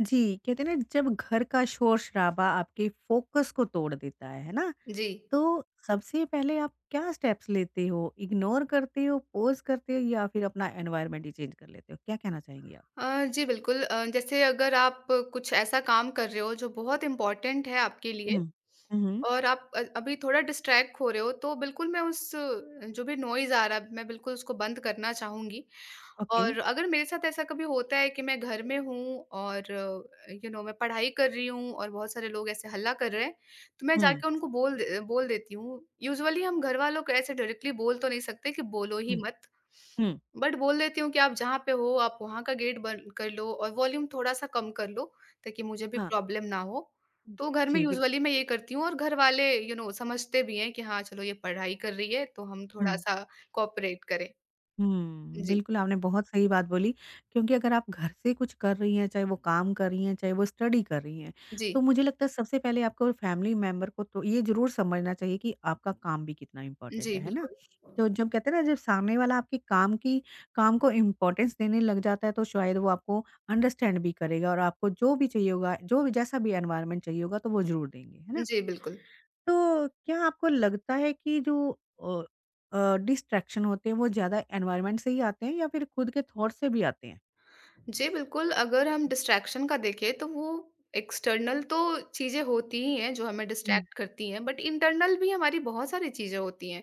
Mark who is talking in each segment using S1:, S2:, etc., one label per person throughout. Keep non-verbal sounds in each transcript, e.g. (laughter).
S1: जी, कहते हैं ना जब घर का शोर-शराबा आपके फ़ोकस को तोड़ देता है ना?
S2: जी।
S1: तो सबसे पहले आप क्या स्टेप्स लेते हो? इग्नोर करते हो, पॉज़ करते हो या फिर अपना एनवायरनमेंट ही चेंज कर लेते हो? क्या कहना चाहेंगी आप?
S2: जी, बिल्कुल जैसे अगर आप कुछ ऐसा काम कर रहे हो जो बहुत इम्पोर्टेंट है आपके
S1: हुँ।
S2: लिए
S1: हुँ, हुँ।
S2: और आप अभी थोड़ा डिस्ट्रैक्ट हो रहे हो, तो बिल्कुल मैं उस जो भी नॉइज़ आ रहा है, मैं बिल्कुल उसको बंद करना चाहूँगी।
S1: ओके।
S2: और अगर मेरे साथ ऐसा कभी होता है कि मैं घर में हूँ और मैं पढ़ाई कर रही हूँ और बहुत सारे लोग ऐसे हल्ला कर रहे हैं, तो मैं
S1: हुँ,
S2: जाके उनको बोल देती हूँ। यूजुअली हम घरवालों को ऐसे डायरेक्टली बोल तो नहीं सकते कि बोलो ही
S1: हुँ,
S2: मत।
S1: हुँ।
S2: बट बोल देती हूँ कि आप जहाँ पे हो, आप वहाँ का गेट बंद कर लो और वॉल्यूम थोड़ा-सा कम कर लो, ताकि मुझे भी
S1: हाँ।
S2: प्रॉब्लम ना हो। तो घर में
S1: जी, बिल
S2: यूजुअली मैं ये करती हूँ और घरवाले समझते भी हैं कि हाँ, चलो ये पढ़ाई कर रही है, तो हम
S1: हुँ।
S2: थोड़ा-सा कोऑपरेट करें।
S1: हुँ,
S2: जी,
S1: बिल्कुल आपने बहुत सही बात बोली क्योंकि अगर आप घर से कुछ कर रही हैं, चाहे वो काम कर रही हैं, चाहे वो स्टडी कर रही हैं, तो
S2: जी,
S1: मुझे लगता है सबसे पहले आपको फैमिली मेंबर को तो ये ज़रूर समझना चाहिए कि आपका काम भी कितना इम्पोर्टेंट
S2: जी,
S1: है ना?
S2: बिल्कुल।
S1: तो जब कहते हैं ना जब सामने वाला आपके काम की काम को इम्पोर्टेंस देने लग जाता है तो शायद वो आपको अंडरस्टैंड भी करेगा और आपको जो भी चाहिए होगा, जो भी जैसा भी एनवायरनमेंट चाहिए होगा तो वो ज़रूर देंगे, है ना?
S2: जी, बिल्कुल।
S1: तो क्या आपको लगता है कि जो अ डिस्ट्रैक्शन होते हैं वो ज़्यादा एनवायरनमेंट से ही आते हैं या फिर खुद के थॉट से भी आते हैं?
S2: जी, बिल्कुल, अगर हम डिस्ट्रैक्शन का देखें, तो वो एक्सटर्नल तो चीज़ें होती ही हैं, जो हमें
S1: हुँ।
S2: डिस्ट्रैक्ट करती हैं, बट इंटरनल भी हमारी बहुत सारी चीज़ें होती हैं।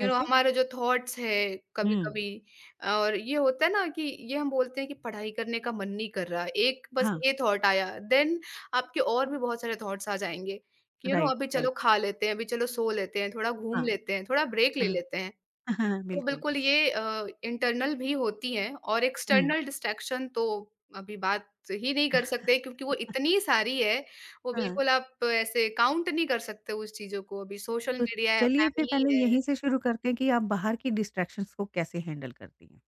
S1: कैसे?
S2: हमारे जो थॉट्स है
S1: हुँ।
S2: कभी-कभी और ये होता है ना कि ये हम बोलते हैं कि पढ़ाई करने का मन नहीं कर रहा। एक बस
S1: हाँ।
S2: ये थॉट आया देन आपके और भी बहुत सारे थॉट्स आ जाएँगे कि
S1: राइट,
S2: अभी चलो
S1: राइट।
S2: खा लेते हैं, अभी चलो सो लेते हैं, थोड़ा घूम
S1: हाँ,
S2: लेते हैं, थोड़ा ब्रेक ले
S1: हाँ।
S2: लेते हैं।
S1: (laughs) हाँ,
S2: तो
S1: बिल्कुल।
S2: बिल्कुल ये इंटरनल भी होती हैं और
S1: हुँ।
S2: एक्सटर्नल डिस्ट्रैक्शन तो अभी बात ही नहीं कर सकते क्योंकि वो इतनी सारी है, वो
S1: हाँ।
S2: बिल्कुल आप ऐसे काउंट नहीं कर सकते उस चीज़ों को। अभी सोशल
S1: तो
S2: मीडिया है,
S1: चलिए फिर
S2: फैमिली
S1: पहले
S2: है।
S1: यहीं से शुरू करते हैं कि आप बाहर की डिस्ट्रैक्शंस को कैसे हैंडल करती हैं?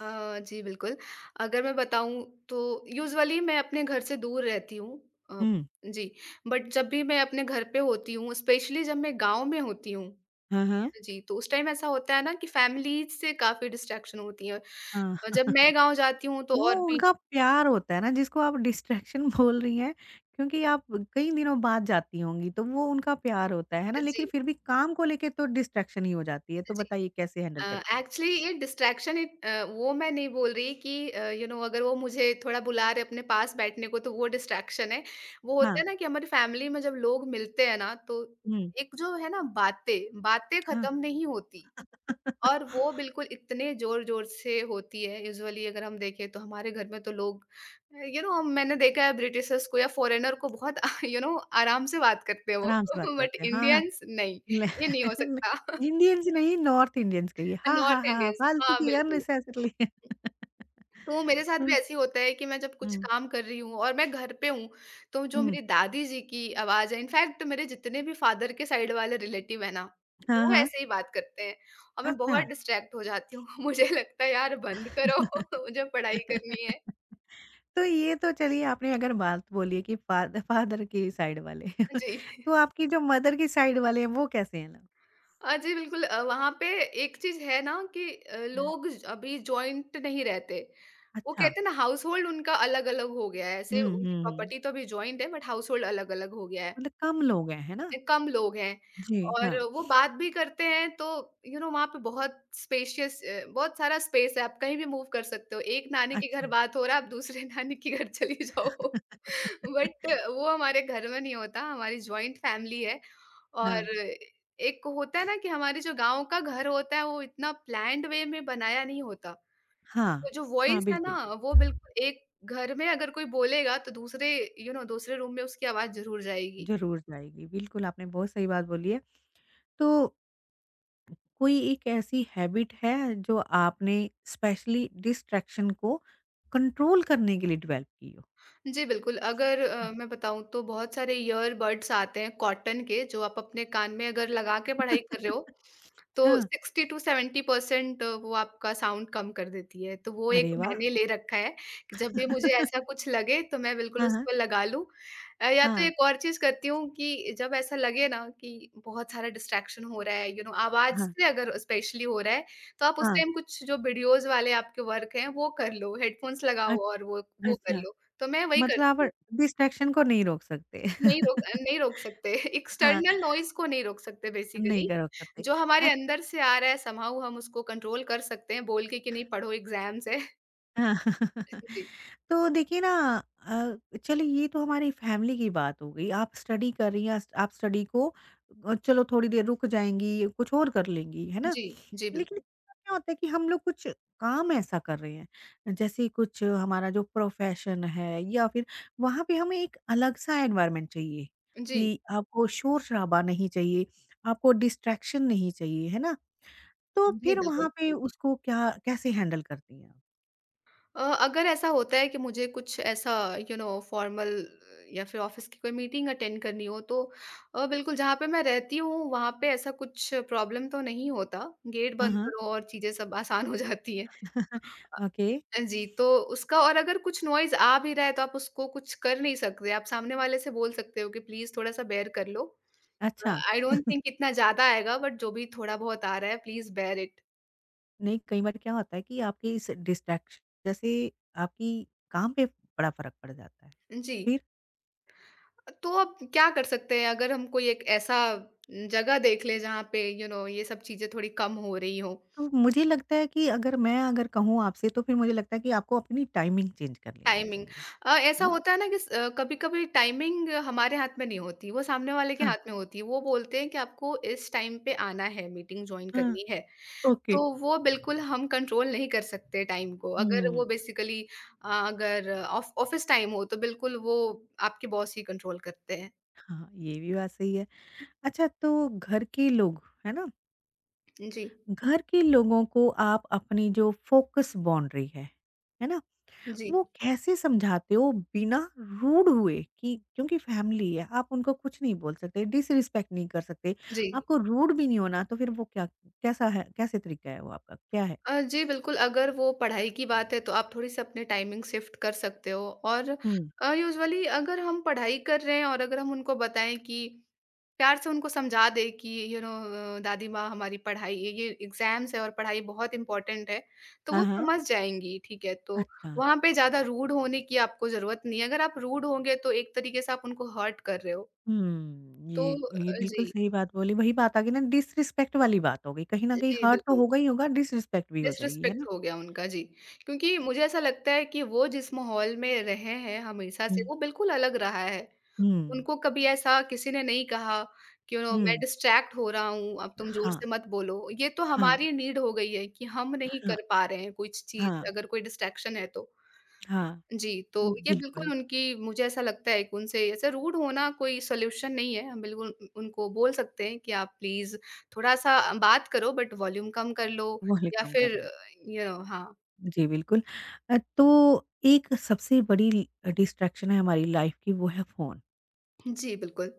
S2: जी, बिल्कुल। अगर मैं बताऊँ तो यूजुअली मैं अपने घर से दूर रहती हूँ अ,
S1: हुँ।
S2: जी, बट जब भी मैं अपने घर पे होती हूँ, स्पेशली जब मैं गाँव में होती हूँ,
S1: हाँ, हाँ।
S2: जी, तो उस टाइम ऐसा होता है ना कि फ़ैमिली से काफ़ी डिस्ट्रैक्शन होती है।
S1: हाँ।
S2: जब
S1: (laughs)
S2: मैं गाँव जाती हूँ तो
S1: वो
S2: और भी
S1: उनका प्यार होता है ना जिसको आप डिस्ट्रैक्शन (laughs) बोल रही हैं क्योंकि आप कई दिनों बाद जाती होंगी तो वो उनका प्यार होता है ना लेकिन
S2: जी,
S1: फिर भी काम को लेके तो डिस्ट्रैक्शन ही हो जाती है तो
S2: जी।
S1: बताइए कैसे हैंडल
S2: अ,
S1: करती हैं?
S2: एक्चुअली ये डिस्ट्रैक्शन वो मैं नहीं बोल रही कि अगर वो मुझे थोड़ा बुला रहे अपने पास बैठने को तो वो डिस्ट्रैक्शन है। वो होता
S1: हाँ,
S2: है ना कि हमारी फैमिली में जब लोग मिलते हैं ना तो
S1: हुँ,
S2: एक जो है ना बातें, बातें
S1: हाँ।
S2: खत्म नहीं होती
S1: (laughs)
S2: और वो बिल्कुल इतने ज़ोर-ज़ोर से होती है। यूजुअली अगर हम देखें तो हमारे घर में तो लोग मैंने देखा है ब्रिटिशर्स को या फ़ॉरेनर को बहुत (laughs) यू नो आराम से बात करते हैं वो
S1: आराम से बात
S2: (laughs) बट
S1: करते हैं, हाँ, हाँ।
S2: इंडियंस नहीं, ये
S1: (laughs) ल
S2: नहीं हो सकता। (laughs)
S1: इंडियंस नहीं नॉर्थ इंडियंस कहिए। हाँ, हाँ,
S2: नॉर्थ
S1: हाँ, हाँ,
S2: इंडियंस
S1: फालतू
S2: हाँ,
S1: की
S2: बिल्कुल।
S1: अननेसेसरली (laughs)
S2: तो मेरे साथ भी
S1: हुँ,
S2: ऐसे ही होता है कि मैं जब कुछ
S1: हुँ,
S2: काम कर रही हूँ और मैं घर पे हूँ, तो जो
S1: हुँ।
S2: मेरी दादी जी की आवाज़ है इनफैक्ट मेरे जितने भी फादर के साइड वाले रिलेटिव हैं ना,
S1: हाँ,
S2: वो
S1: हाँ।
S2: ऐसे ही बात करते हैं और मैं
S1: अच्छा।
S2: बहुत डिस्ट्रैक्ट हो जाती हूँ। (laughs) मुझे लगता है यार बंद करो, (laughs) मुझे पढ़ाई करनी है।
S1: (laughs) तो ये तो चलिए आपने अगर बात बोली है कि फादर की साइड वाले (laughs)
S2: जी।
S1: तो आपकी जो मदर की साइड वाले हैं वो कैसे हैं लोग?
S2: जी बिल्कुल वहाँ पे एक चीज़ है ना कि
S1: हाँ,
S2: लोग अभी जॉइंट नहीं रहते। वो
S1: अच्छा।
S2: कहते हैं ना हाउसहोल्ड उनका अलग-अलग हो गया है, ऐसे
S1: हुँ,
S2: उनकी
S1: हुँ, हुँ।
S2: प्रॉपर्टी तो अभी जॉइंट है बट हाउसहोल्ड अलग-अलग हो गया है।
S1: मतलब कम लोग हैं, है ना?
S2: कम लोग हैं
S1: जी,
S2: और
S1: हाँ।
S2: वो बात भी करते हैं तो वहाँ पे बहुत स्पेशियस बहुत सारा स्पेस है, आप कहीं भी मूव कर सकते हो। एक नानी के घर
S1: अच्छा।
S2: बात हो रहा है, आप दूसरे (laughs) नानी के घर चली जाओ। (laughs) बट
S1: (laughs)
S2: वो हमारे घर में नहीं होता, हमारी जॉइंट फैमिली है
S1: हाँ।
S2: और एक होता है ना कि हमारे जो गाँव का घर होता है, वो इतना प्लान्ड वे में बनाया नहीं होता। तो
S1: हाँ,
S2: जो
S1: हाँ,
S2: वॉइस है ना,
S1: बिल्कुल।
S2: वो बिल्कुल एक घर में अगर कोई बोलेगा तो दूसरे यू you नो know, दूसरे रूम में उसकी आवाज़ ज़रूर जाएगी।
S1: ज़रूर जाएगी। बिल्कुल, आपने बहुत सही बात बोली है। तो कोई एक ऐसी हैबिट है जो आपने स्पेशली डिस्ट्रैक्शन को कंट्रोल करने के लिए डेवलप की हो?
S2: जी, बिल्कुल। अगर मैं बताऊँ तो बहुत सारे ईयरबड्स आते हैं कॉटन के जो आप अपने कान में अगर लगा के पढ़ाई कर रहे हो,
S1: (laughs)
S2: तो
S1: हाँ।
S2: 60 टू 70% वो आपका साउंड कम कर देती है। तो वो एक
S1: अरे वाह!
S2: मैंने ले रखा है कि जब भी मुझे ऐसा
S1: (laughs)
S2: कुछ लगे तो मैं बिल्कुल
S1: हाँ, हाँ।
S2: उसको लगा लूँ। या तो
S1: हाँ,
S2: एक और चीज़ करती हूँ कि जब ऐसा लगे ना कि बहुत सारा डिस्ट्रैक्शन हो रहा है, यू you नो आवाज़
S1: हाँ,
S2: से अगर स्पेशली हो रहा है, तो आप उस
S1: हाँ।
S2: टाइम कुछ जो वीडियोज़ वाले आपके वर्क हैं वो कर लो, हेडफ़ोन्स
S1: अ,
S2: लगाओ और वो कर
S1: अच्छा,
S2: लो। तो मैं वही
S1: मतलब
S2: करती
S1: आप
S2: हूँ।
S1: डिस्ट्रैक्शन को नहीं रोक सकते। (laughs)
S2: नहीं रोक सकते
S1: हाँ,
S2: (laughs) एक्सटर्नल नॉइज़ को नहीं रोक सकते
S1: नहीं
S2: बेसिकली।
S1: कर रोक सकते।
S2: जो
S1: अ
S2: हमारे अंदर से आ रहा है समहाउ हम उसको कंट्रोल कर सकते हैं बोल के कि नहीं पढ़ो एग्ज़ाम्स है।
S1: हाँ। (laughs)
S2: (laughs) जी,
S1: तो देखिए ना चलिए ये तो हमारी फैमिली की बात हो गई, आप स्टडी कर रही हैं, आप स्टडी को चलो थोड़ी देर रुक जाएंगी, कुछ और कर लेंगी, है ना?
S2: जी, जी,
S1: लेकिन
S2: बिल्कुल।
S1: क्या होता है कि हम लोग कुछ काम ऐसा कर रहे हैं जैसे कुछ हमारा जो प्रोफेशन है, या फिर वहां पे हमें एक अलग सा एनवायरनमेंट चाहिए,
S2: जी,
S1: कि आपको शोर शराबा नहीं चाहिए, आपको डिस्ट्रैक्शन नहीं चाहिए, है ना? तो
S2: जी,
S1: फिर वहां
S2: बिल्कुल।
S1: पे उसको क्या कैसे हैंडल करती हैं आप?
S2: अगर ऐसा होता है कि मुझे कुछ ऐसा फॉर्मल या फिर ऑफ़िस की कोई मीटिंग अटेंड करनी हो तो बिल्कुल जहाँ पे मैं रहती हूँ वहाँ पे ऐसा कुछ प्रॉब्लम तो नहीं होता। गेट बंद
S1: हाँ।
S2: करो और चीज़ें सब आसान हो जाती हैं।
S1: (laughs) ओके।
S2: जी, तो उसका और अगर कुछ नॉइज़ आ भी रहा है तो आप उसको कुछ कर नहीं सकते, आप सामने वाले से बोल सकते हो कि प्लीज़ थोड़ा-सा बेयर कर लो।
S1: अच्छा,
S2: आई डोंट थिंक इतना ज़्यादा आएगा बट जो भी थोड़ा-बहुत आ रहा है प्लीज़ बेयर इट।
S1: नहीं, कई बार क्या होता है कि आपके इस डिस्ट्रैक्शन से आपकी काम पे बड़ा फ़र्क पड़ जाता है।
S2: जी,
S1: फिर
S2: तो अब क्या कर सकते हैं अगर हम कोई एक ऐसा जगह देख लें जहाँ पे यू you नो know, ये सब चीज़ें थोड़ी कम हो रही हों,
S1: तो मुझे लगता है कि अगर मैं अगर कहूँ आपसे तो फिर मुझे लगता है कि आपको अपनी टाइमिंग चेंज कर लेनी
S2: टाइमिंग।
S1: चाहिए,
S2: ऐसा
S1: है ना?
S2: होता है ना कि कभी-कभी टाइमिंग हमारे हाथ में नहीं होती, वो सामने वाले के
S1: हाँ,
S2: हाथ में होती है। वो बोलते हैं कि आपको इस टाइम पे आना है, मीटिंग जॉइन
S1: हाँ,
S2: करनी है।
S1: ओके।
S2: तो वो बिल्कुल हम कंट्रोल नहीं कर सकते टाइम को। अगर वो
S1: हुँ,
S2: बेसिकली अ, अगर ऑफ ऑफ़िस टाइम हो तो बिल्कुल वो आपके बॉस ही कंट्रोल करते हैं।
S1: हाँ, ये भी बात सही है। अच्छा तो घर के लोग, है ना?
S2: जी,
S1: घर के लोगों को आप अपनी जो फ़ोकस बाउंड्री है ना?
S2: जी,
S1: वो कैसे समझाते हो बिना रूड हुए, कि क्योंकि फैमिली है आप उनको कुछ नहीं बोल सकते, डिसरिस्पेक्ट नहीं कर सकते,
S2: जी।
S1: आपको रूड भी नहीं होना, तो फिर वो क्या कैसा है कैसे तरीका है वो आपका? क्या है?
S2: जी, बिल्कुल, अगर वो पढ़ाई की बात है, तो आप थोड़ी-सी अपने टाइमिंग शिफ्ट कर सकते हो और
S1: हुँ।
S2: यूजुअली अगर हम पढ़ाई कर रहे हैं और अगर हम उनको बताएँ कि प्यार से उनको समझा दें कि दादी माँ हमारी पढ़ाई ये एग्ज़ाम्स है और पढ़ाई बहुत इम्पोर्टेंट है, तो
S1: हाँ,
S2: वो
S1: हाँ।
S2: समझ जाएँगी, ठीक है? तो
S1: अच्छा।
S2: वहाँ पे ज़्यादा रूड होने की आपको ज़रूरत नहीं है, अगर आप रूड होंगे, तो एक तरीके से आप उनको हर्ट कर रहे हो।
S1: हुँ,
S2: तो
S1: ये ये
S2: जी।
S1: बिल्कुल सही बात बोली, वही बात आ गई ना डिसरिस्पेक्ट वाली बात हो गई, कहीं न कहीं
S2: जी,
S1: हर्ट तो
S2: बिल्कुल।
S1: होगा ही होगा, डिसरिस्पेक्ट भी हो जाएगी, है ना?
S2: डिसरिस्पेक्ट हो गया उनका, जी। क्योंकि मुझे ऐसा लगता है कि वो जिस माहौल में रहे हैं हमेशा से,
S1: हुँ,
S2: वो बिल्कुल अलग रहा है।
S1: हुँ,
S2: उनको कभी ऐसा किसी ने नहीं कहा कि ओ मैं
S1: हुँ।
S2: डिस्ट्रैक्ट हो रहा हूँ, अब तुम ज़ोर
S1: हाँ,
S2: से मत बोलो। ये तो
S1: हाँ,
S2: हमारी नीड हो गई है कि हम नहीं
S1: हाँ,
S2: कर पा रहे हैं कुछ चीज़,
S1: हाँ,
S2: अगर कोई डिस्ट्रैक्शन है तो।
S1: हाँ,
S2: जी, तो ये बिल्कुल
S1: बिल्कुल,
S2: उनकी मुझे ऐसा लगता है कि उनसे ऐसे रूड होना कोई सॉल्यूशन नहीं है। हम बिल्कुल उन उनको बोल सकते हैं कि आप प्लीज़ थोड़ा-सा बात करो बट वॉल्यूम कम कर लो
S1: वो ही
S2: या
S1: कम कर
S2: फिर
S1: लें।
S2: हाँ,
S1: जी, बिल्कुल। तो एक सबसे बड़ी ल डिस्ट्रैक्शन है हमारी लाइफ़ की, वो है फ़ोन।
S2: जी बिल्कुल।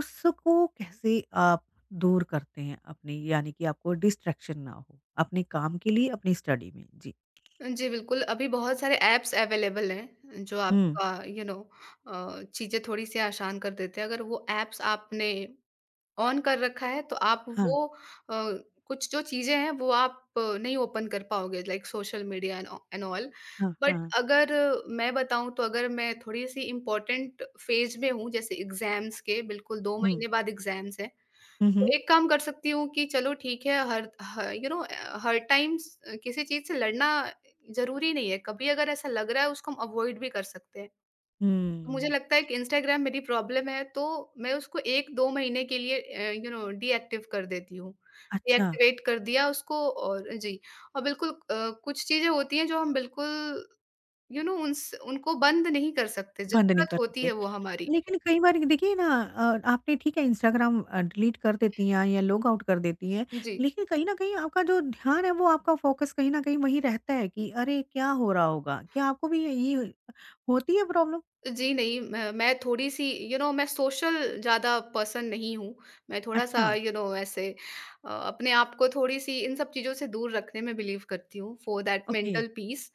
S1: उसको कैसे आप दूर करते हैं अपनी, यानी कि आपको डिस्ट्रैक्शन ना हो, अपने काम के लिए, अपनी स्टडी में? जी।
S2: जी बिल्कुल, अभी बहुत सारे ऐप्स अवेलेबल हैं जो
S1: हुँ।
S2: आपका चीज़ें थोड़ी-सी आसान कर देते हैं। अगर वो ऐप्स आपने ऑन कर रखा है तो आप
S1: हाँ,
S2: वो अ, कुछ जो चीज़ें हैं वो आप नहीं ओपन कर पाओगे like social media and and all.
S1: हाँ,
S2: बट
S1: हाँ।
S2: अगर मैं बताऊँ तो अगर मैं थोड़ी-सी इम्पोर्टेंट फ़ेज़ में हूँ जैसे एग्ज़ाम्स के बिल्कुल 2
S1: हुँ।
S2: महीने बाद एग्ज़ाम्स हैं।
S1: हुँ,
S2: तो
S1: हुँ।
S2: एक काम कर सकती हूँ कि चलो ठीक है हर ह यू नो अ, हर टाइम स किसी चीज़ से लड़ना ज़रूरी नहीं है। कभी अगर ऐसा लग रहा है उसको हम अवॉइड भी कर सकते हैं। तो मुझे
S1: हुँ।
S2: लगता है कि इंस्टाग्राम मेरी प्रॉब्लम है, तो मैं उसको 1-2 महीने के लिए डीएक्टिव कर देती हूँ।
S1: अच्छा,
S2: डीएक्टिवेट कर दिया उसको और जी, और बिल्कुल कुछ चीज़ें होती हैं जो हम बिल्कुल यू नो उनस उनको बंद नहीं कर सकते,
S1: बंद नहीं
S2: ज़रूरत
S1: कर
S2: होती
S1: सकते।
S2: है वो हमारी।
S1: लेकिन कई बार देखिए ना आपने ठीक है इंस्टाग्राम डिलीट कर देती हैं या लॉग आउट कर देती हैं,
S2: जी।
S1: लेकिन कहीं न कहीं आपका जो ध्यान है वो आपका फ़ोकस कहीं न कहीं वहीं रहता है कि अरे क्या हो रहा होगा? क्या आपको भी ये होती है प्रॉब्लम?
S2: जी नहीं, मैं थोड़ी-सी मैं सोशल ज़्यादा पर्सन नहीं हूँ। मैं
S1: अच्छा,
S2: थोड़ा-सा ऐसे अपने आप को थोड़ी-सी इन सब चीज़ों से दूर रखने में बिलीव करती हूँ for that
S1: okay,
S2: mental peace.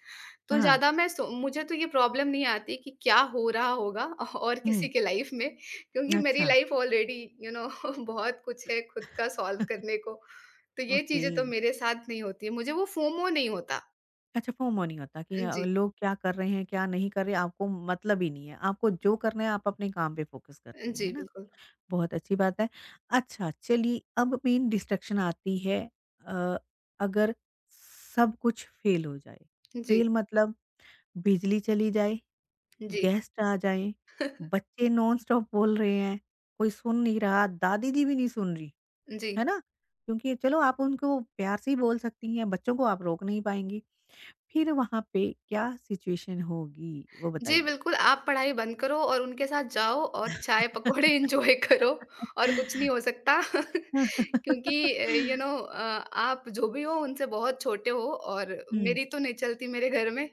S2: तो
S1: हाँ,
S2: ज़्यादा मैं सो मुझे तो ये प्रॉब्लम नहीं आती कि क्या हो रहा होगा (laughs) और
S1: हुँ,
S2: किसी के लाइफ़ में क्योंकि मेरी
S1: अच्छा,
S2: लाइफ़ ऑलरेडी यू नो (laughs) बहुत कुछ है खुद का सॉल्व करने को। तो ये
S1: ओके।
S2: चीज़ें तो मेरे साथ नहीं होती हैं। मुझे वो फोमो नहीं होता।
S1: अच्छा फोमो नहीं होता कि
S2: जी।
S1: लोग क्या कर रहे हैं, क्या नहीं कर रहे, आपको मतलब ही नहीं है। आपको जो करना है आप अपने काम पे फ़ोकस करती हैं, है
S2: जी,
S1: ना?
S2: बिल्कुल।
S1: बहुत अच्छी बात है। अच्छा चलिए अब मेन डिस्ट्रैक्शन आती है अ, अगर सब कुछ फेल हो जाए।
S2: जी,
S1: फेल मतलब बिजली चली जाए,
S2: जी,
S1: गेस्ट आ जाएँ, बच्चे नॉन-स्टॉप बोल रहे हैं, कोई सुन नहीं रहा, दादी जी भी नहीं सुन रही,
S2: जी।
S1: है ना? क्योंकि चलो आप उनको प्यार से ही बोल सकती हैं, बच्चों को आप रोक नहीं पाएँगी। फिर वहाँ पे क्या सिचुएशन होगी वो
S2: जी,
S1: बताइए?
S2: बिल्कुल, आप पढ़ाई बंद करो और उनके साथ जाओ और चाय-पकौड़े एन्जॉय (laughs) करो और कुछ
S1: (laughs)
S2: नहीं हो सकता (laughs) क्योंकि आप जो भी हो उनसे बहुत छोटे हो और
S1: हुँ,
S2: मेरी तो नहीं चलती मेरे घर में।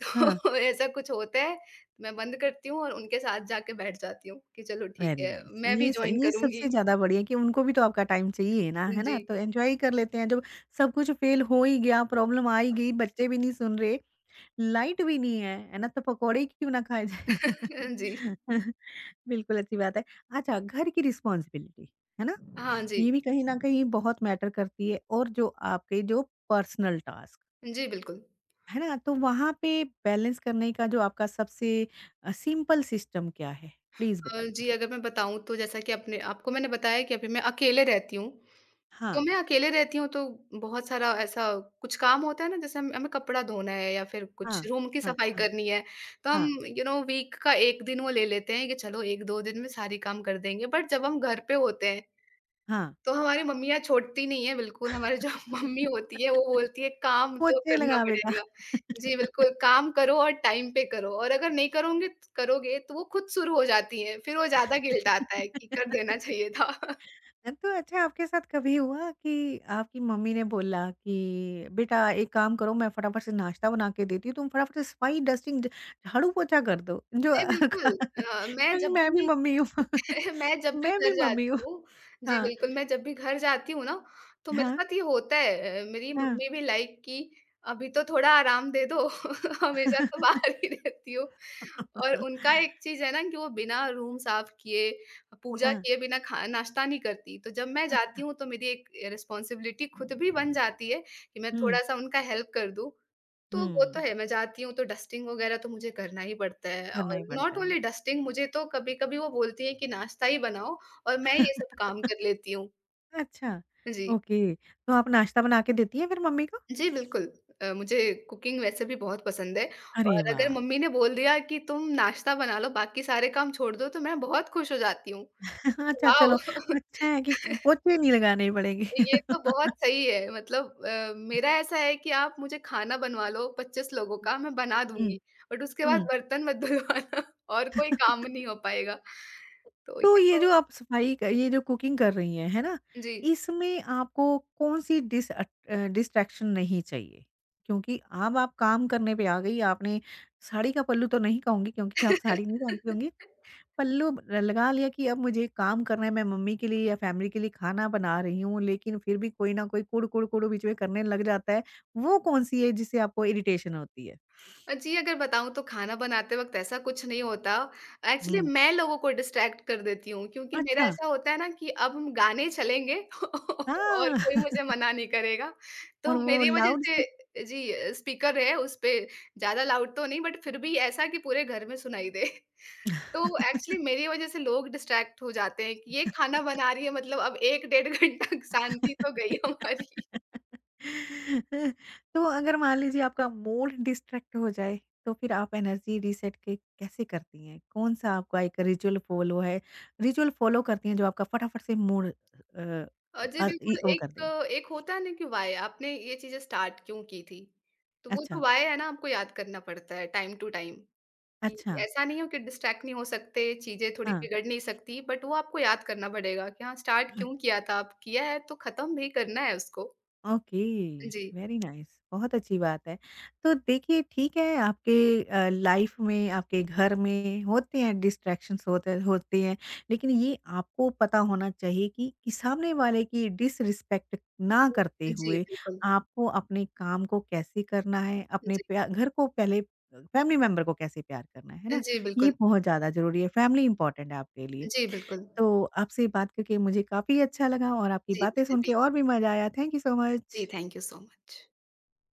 S2: (laughs)
S1: हाँ।
S2: तो ऐसा कुछ होता है। मैं बंद करती हूँ और उनके साथ जाके बैठ जाती हूँ कि चलो ठीक
S1: वेरी
S2: है,
S1: नाइस,
S2: मैं भी जॉइन
S1: ये सबसे
S2: करूँगी।
S1: ज़्यादा बढ़िया कि उनको भी तो आपका टाइम चाहिए ना, है
S2: जी,
S1: ना? तो एन्जॉय कर लेते हैं जब सब कुछ फेल हो ही गया, प्रॉब्लम आ ही गई, बच्चे भी नहीं सुन रहे, लाइट भी नहीं है, है ना? तो पकौड़े क्यों ना खाए जाए।
S2: जी।
S1: (laughs) बिल्कुल अच्छी बात है। अच्छा घर की रिस्पॉन्सिबिलिटी, है ना?
S2: हाँ जी।
S1: ये भी कहीं न कहीं बहुत मैटर करती है, और जो आपके जो पर्सनल टास्क,
S2: जी, बिल्कुल।
S1: है ना? तो वहाँ पे बैलेंस करने का जो आपका सबसे सिंपल सिस्टम क्या है? प्लीज़ बताइए?
S2: जी, अगर मैं बताऊँ तो जैसा कि अपने आपको मैंने बताया कि अभी मैं अकेले रहती हूँ।
S1: हाँ,
S2: तो मैं अकेले रहती हूँ, तो बहुत सारा ऐसा कुछ काम होता है ना, जैसे हम हमें कपड़ा धोना है या फिर कुछ
S1: हाँ,
S2: रूम की
S1: हाँ,
S2: सफाई
S1: हाँ।
S2: करनी है, तो हम
S1: हाँ,
S2: यू नो वीक का एक दिन वो ले लेते हैं कि चलो 1-2 दिन में सारी काम कर देंगे, बट जब हम घर पे होते हैं
S1: हाँ।
S2: तो हमारी मम्मियाँ छोड़ती नहीं है, बिल्कुल हमारी जो (laughs) मम्मी होती है वो बोलती है काम तो
S1: पोछे
S2: करना
S1: लगा बेटा।
S2: पड़ेगा। जी, बिल्कुल काम करो और टाइम पे करो, और अगर नहीं करोगे करोगे तो वो खुद शुरू हो जाती हैं, फिर वो ज़्यादा
S1: (laughs)
S2: गिल्ट आता है कि कर देना चाहिए था। (laughs)
S1: तो अच्छा, आपके साथ कभी हुआ कि आपकी मम्मी ने बोला कि बेटा एक काम करो, मैं फटाफट से नाश्ता बना के देती हूँ, तुम फटाफट से सफाई, डस्टिंग, झाड़ू पोछा कर दो। जो
S2: जी,
S1: (laughs)
S2: बिल्कुल। अ, मैं
S1: क्योंकि
S2: जब
S1: मैं भी
S2: भी
S1: मम्मी हूँ। (laughs)
S2: (laughs) मैं जब भी
S1: मैं भी
S2: घर
S1: मम्मी हूँ।
S2: जाती हूँ, जी,
S1: हाँ,
S2: बिल्कुल, मैं जब भी घर जाती हूँ ना, तो मेरे
S1: हाँ,
S2: साथ ये होता है। मेरी
S1: हाँ।
S2: मम्मी भी लाइक कि अभी तो थोड़ा आराम दे दो, (laughs) हमेशा तो बाहर
S1: (laughs)
S2: ही रहती हो। और उनका एक चीज़ है ना कि वो बिना रूम साफ किए, पूजा
S1: हाँ,
S2: किए बिना खा नाश्ता नहीं करती। तो जब मैं
S1: अ,
S2: जाती हूँ, तो मेरी एक रिस्पॉन्सिबिलिटी खुद भी बन जाती है कि मैं
S1: हुँ,
S2: थोड़ा-सा उनका हेल्प कर दूँ। तो वो तो
S1: हुँ,
S2: है, मैं जाती हूँ तो डस्टिंग वगैरह तो मुझे करना ही पड़ता है,
S1: करना
S2: और
S1: ही पड़ता
S2: नॉट
S1: है।
S2: ओनली डस्टिंग, मुझे तो कभी-कभी वो बोलती है कि नाश्ता ही बनाओ, और मैं ये सब
S1: (laughs)
S2: काम कर लेती हूँ।
S1: अच्छा,
S2: जी।
S1: ओके। तो आप नाश्ता बना के देती हैं फिर मम्मी को?
S2: जी, बिल्कुल। मुझे कुकिंग वैसे भी बहुत पसंद है,
S1: अरे
S2: और अगर
S1: वाह!
S2: मम्मी ने बोल दिया कि तुम नाश्ता बना लो, बाकी सारे काम छोड़ दो, तो मैं बहुत खुश हो जाती हूँ।
S1: (laughs) अच्छा
S2: वाओ!
S1: चलो,
S2: (laughs)
S1: अच्छा है कि पोछे नहीं लगाने पड़ेंगे।
S2: ये तो बहुत
S1: (laughs)
S2: सही है, मतलब मेरा ऐसा है कि आप मुझे खाना बनवा लो 25 लोगों का, मैं बना
S1: हुँ,
S2: दूँगी, बट उसके बाद
S1: हुँ।
S2: बर्तन मत धुलवाना, (laughs) और कोई काम नहीं हो पाएगा। तो
S1: तो
S2: ये
S1: ये
S2: तो
S1: जो आप सफाई क ये जो कुकिंग कर रही हैं, है ना?
S2: जी।
S1: इसमें आपको कौन-सी डिस्ट्रैक्शन नहीं चाहिए? क्योंकि अब आप काम करने पे आ गई, आपने साड़ी का पल्लू तो नहीं कहूँगी क्योंकि आप साड़ी नहीं
S2: (laughs) जी,
S1: पहनती होंगी। पल्लू ल लगा लिया कि अब मुझे काम करना है, मैं मम्मी के लिए या फैमिली के लिए खाना बना रही हूँ, लेकिन फिर भी कोई ना कोई कुढ़, कुढ़, कुढ़ बीच में करने लग जाता है, वो कौन-सी है जिससे आपको इरिटेशन होती है?
S2: जी, अगर बताऊँ तो खाना बनाते वक़्त ऐसा कुछ नहीं होता। एक्चुअली
S1: हुँ,
S2: मैं लोगों को डिस्ट्रैक्ट कर देती हूँ, क्योंकि मेरा
S1: अच्छा,
S2: ऐसा होता है ना कि अब हम गाने चलेंगे (laughs) और
S1: हाँ,
S2: कोई
S1: (laughs)
S2: मुझे मना नहीं करेगा।
S1: और
S2: तो
S1: वो
S2: मेरी वजह
S1: लाउड स्पी
S2: से, जी, स्पीकर है उस पे, ज़्यादा लाउड तो नहीं बट फिर भी ऐसा कि पूरे घर में सुनाई दे। (laughs) तो एक्चुअली
S1: (laughs)
S2: मेरी वजह से लोग डिस्ट्रैक्ट हो जाते हैं कि ये खाना बना रही है, मतलब अब 1 डेढ़ घंटा (laughs) शांति तो गई हमारी।
S1: (laughs) तो अगर मान लीजिए आपका मूड डिस्ट्रैक्ट हो जाए तो फिर आप एनर्जी रीसेट के कैसे करती हैं? कौन-सा आपका एक रिचुअल फॉलो है, रिचुअल फॉलो करती हैं जो आपका फटाफट से मूड अ
S2: जी
S1: अ, इ
S2: बिल्कुल,
S1: वो कर
S2: एक
S1: दे?
S2: एक होता है ना कि व्हाय, आपने ये चीज़ें स्टार्ट क्यों की थी? तो वो
S1: अच्छा,
S2: जो व्हाय है ना, आपको याद करना पड़ता है टाइम टू टाइम कि
S1: अच्छा।
S2: ऐसा नहीं हो कि डिस्ट्रैक्ट नहीं हो सकते, चीज़ें थोड़ी
S1: हाँ।
S2: बिगड़ नहीं सकती, बट वो आपको याद करना पड़ेगा कि हाँ, स्टार्ट क्यों किया था? अब किया है तो खत्म भी करना है उसको।
S1: ओके,
S2: जी।
S1: वेरी नाइस, बहुत अच्छी बात है। तो देखिए ठीक है आपके लाइफ में, आपके घर में होते हैं डिस्ट्रैक्शंस होते होते हैं, लेकिन ये आपको पता होना चाहिए कि सामने वाले की डिसरिस्पेक्ट ना करते
S2: जी,
S1: हुए
S2: बिल्कुल।
S1: आपको अपने काम को कैसे करना है, अपने
S2: जी।
S1: प्या घर को पहले फैमिली मेंबर को कैसे प्यार करना है ना?
S2: जी,
S1: ये
S2: बिल्कुल।
S1: बहुत ज़्यादा ज़रूरी है, फैमिली इम्पोर्टेंट है आपके लिए।
S2: जी, बिल्कुल।
S1: तो आपसे बात करके मुझे काफ़ी अच्छा लगा और आपकी
S2: जी,
S1: बातें
S2: मुझे
S1: सुन के
S2: भी।
S1: और भी मज़ा आया। थैंक यू सो
S2: जी,
S1: much.
S2: Thank you so much.